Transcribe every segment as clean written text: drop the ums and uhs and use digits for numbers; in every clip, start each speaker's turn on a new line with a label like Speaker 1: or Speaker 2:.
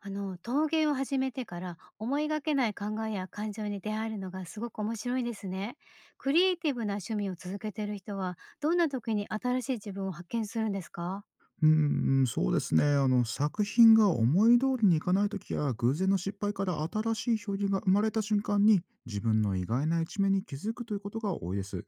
Speaker 1: 陶芸を始めてから思いがけない考えや感情に出会えるのがすごく面白いですね。クリエイティブな趣味を続けている人はどんな時に新しい自分を発見するんですか？
Speaker 2: うーん、そうですね。作品が思い通りにいかない時や、偶然の失敗から新しい表現が生まれた瞬間に、自分の意外な一面に気づくということが多いです。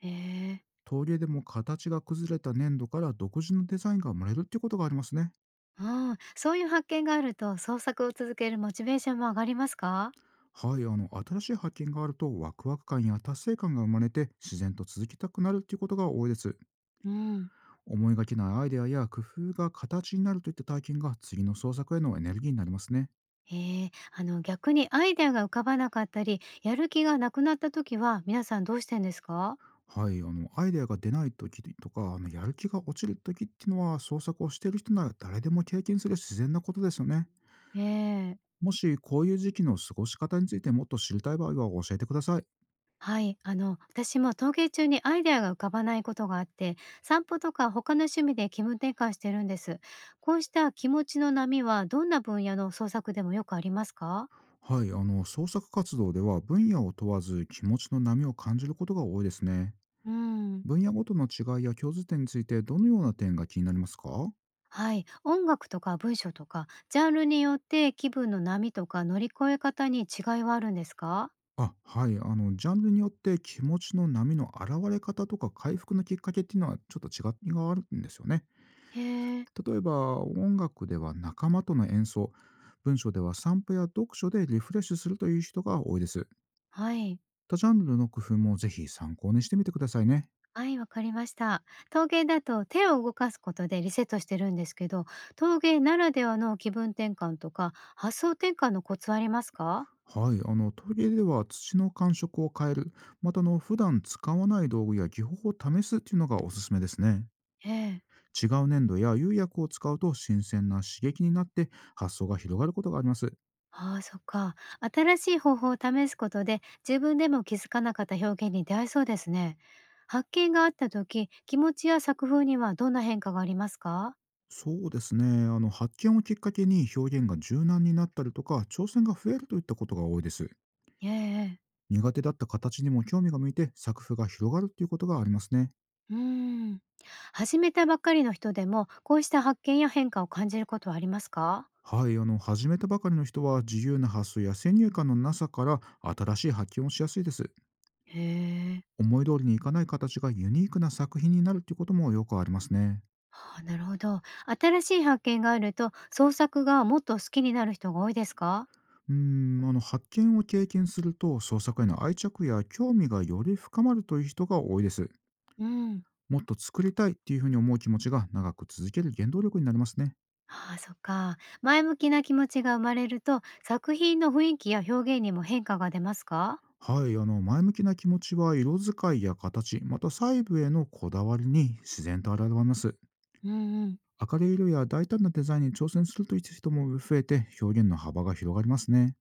Speaker 1: へえ。
Speaker 2: 陶芸でも形が崩れた粘土から独自のデザインが生まれるっていうことがありますね。
Speaker 1: うん、そういう発見があると創作を続けるモチベーションも上がりますか？
Speaker 2: はい、新しい発見があると、ワクワク感や達成感が生まれて、自然と続きたくなるっていうことが多いです。
Speaker 1: うん。
Speaker 2: 思いがけないアイデアや工夫が形になるといった体験が、次の創作へのエネルギーになりますね。
Speaker 1: へえ。逆にアイデアが浮かばなかったりやる気がなくなった時は皆さんどうしてんですか？
Speaker 2: はい、アイデアが出ない時とかやる気が落ちる時っていうのは創作をしている人なら誰でも経験する自然なことですよね。
Speaker 1: ええ。
Speaker 2: もしこういう時期の過ごし方についてもっと知りたい場合は教えてください。
Speaker 1: はい、私も陶芸中にアイデアが浮かばないことがあって、散歩とか他の趣味で気分転換してるんです。こうした気持ちの波はどんな分野の創作でもよくありますか？
Speaker 2: はい、創作活動では分野を問わず気持ちの波を感じることが多いですね。
Speaker 1: うん。
Speaker 2: 分野ごとの違いや共通点についてどのような点が気になりますか？
Speaker 1: はい、音楽とか文章とかジャンルによって気分の波とか乗り越え方に違いはあるんですか？
Speaker 2: はい、ジャンルによって気持ちの波の現れ方とか回復のきっかけっていうのはちょっと違いがあるんですよね。
Speaker 1: へえ。
Speaker 2: 例えば音楽では仲間との演奏、文章では散歩や読書でリフレッシュするという人が多いです。
Speaker 1: はい
Speaker 2: 他ジャンルの工夫もぜひ参考にしてみてくださいね。
Speaker 1: はい、わかりました。陶芸だと手を動かすことでリセットしてるんですけど、陶芸ならではの気分転換とか発想転換のコツはありますか？
Speaker 2: はい、トイレでは土の感触を変える、また普段使わない道具や技法を試すっていうのがおすすめですね。
Speaker 1: ええ。
Speaker 2: 違う粘土や釉薬を使うと新鮮な刺激になって発想が広がることがあります。
Speaker 1: ああ、そっか。新しい方法を試すことで自分でも気づかなかった表現に出会えそうですね。発見があった時、気持ちや作風にはどんな変化がありますか？
Speaker 2: そうですね。発見をきっかけに表現が柔軟になったりとか挑戦が増えるといったことが多いです。
Speaker 1: ええ。ええ。
Speaker 2: 苦手だった形にも興味が向いて作風が広がるっていうことがありますね。
Speaker 1: うーん。始めたばっかりの人でもこうした発見や変化を感じることはありますか？
Speaker 2: はい、始めたばかりの人は自由な発想や先入観のなさから新しい発見をしやすいです。
Speaker 1: へえ。
Speaker 2: 思い通りにいかない形がユニークな作品になるっていうこともよくありますね。
Speaker 1: はあ、なるほど。新しい発見があると、創作がもっと好きになる人が多いですか？
Speaker 2: うーん、発見を経験すると創作への愛着や興味がより深まるという人が多いです。
Speaker 1: うん。
Speaker 2: もっと作りたいっていうふうに思う気持ちが長く続ける原動力になりますね。
Speaker 1: ああ、そっか。前向きな気持ちが生まれると、作品の雰囲気や表現にも変化が出ますか？
Speaker 2: はい、前向きな気持ちは色使いや形、また細部へのこだわりに自然と現れます。
Speaker 1: うんうん。
Speaker 2: 明るい色や大胆なデザインに挑戦するという人も増えて表現の幅が広がりますね。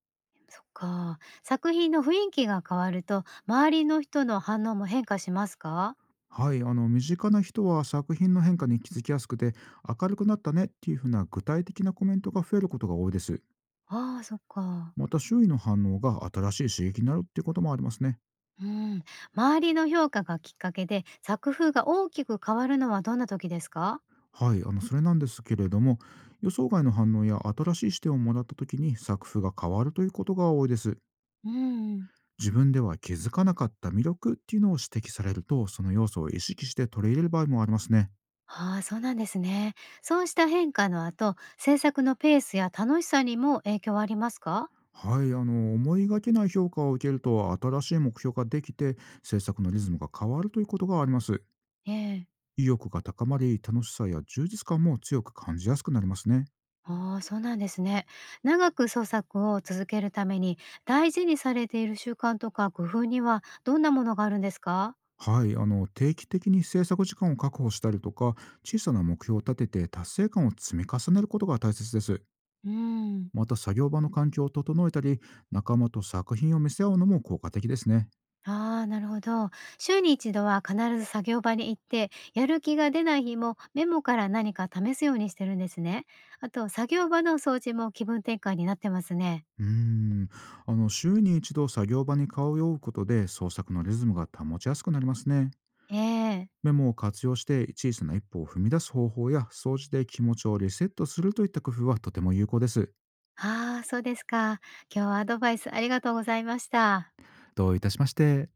Speaker 1: そっか。作品の雰囲気が変わると、周りの人の反応も変化しますか？
Speaker 2: はい、身近な人は作品の変化に気づきやすくて、明るくなったねっていうふうな具体的なコメントが増えることが多いです。
Speaker 1: ああ、そっか。
Speaker 2: また周囲の反応が新しい刺激になるっていうこともありますね。
Speaker 1: うん。周りの評価がきっかけで、作風が大きく変わるのはどんな時ですか？
Speaker 2: はい、それなんですけれども、予想外の反応や新しい視点をもらった時に作風が変わるということが多いです。
Speaker 1: うんうん。
Speaker 2: 自分では気づかなかった魅力っていうのを指摘されると、その要素を意識して取り入れる場合もありますね。
Speaker 1: ああ、そうなんですね。そうした変化の後、制作のペースや楽しさにも影響はありますか？
Speaker 2: はい、思いがけない評価を受けると新しい目標ができて、制作のリズムが変わるということがあります。
Speaker 1: ええ。
Speaker 2: 意欲が高まり楽しさや充実感も強く感じやすくなりますね。
Speaker 1: ああ、そうなんですね。長く創作を続けるために、大事にされている習慣とか工夫にはどんなものがあるんですか？
Speaker 2: はい、定期的に制作時間を確保したりとか、小さな目標を立てて達成感を積み重ねることが大切です。
Speaker 1: うーん。
Speaker 2: また作業場の環境を整えたり仲間と作品を見せ合うのも効果的ですね。
Speaker 1: ああ、なるほど。週に一度は必ず作業場に行って、やる気が出ない日もメモから何か試すようにしてるんですね。あと作業場の掃除も気分転換になってますね。
Speaker 2: うーん、週に一度作業場に顔を覆うことで創作のリズムが保ちやすくなりますね。
Speaker 1: ええ。
Speaker 2: メモを活用して小さな一歩を踏み出す方法や掃除で気持ちをリセットするといった工夫はとても有効です。
Speaker 1: ああ、そうですか。今日はアドバイスありがとうございました。
Speaker 2: どういたしまして。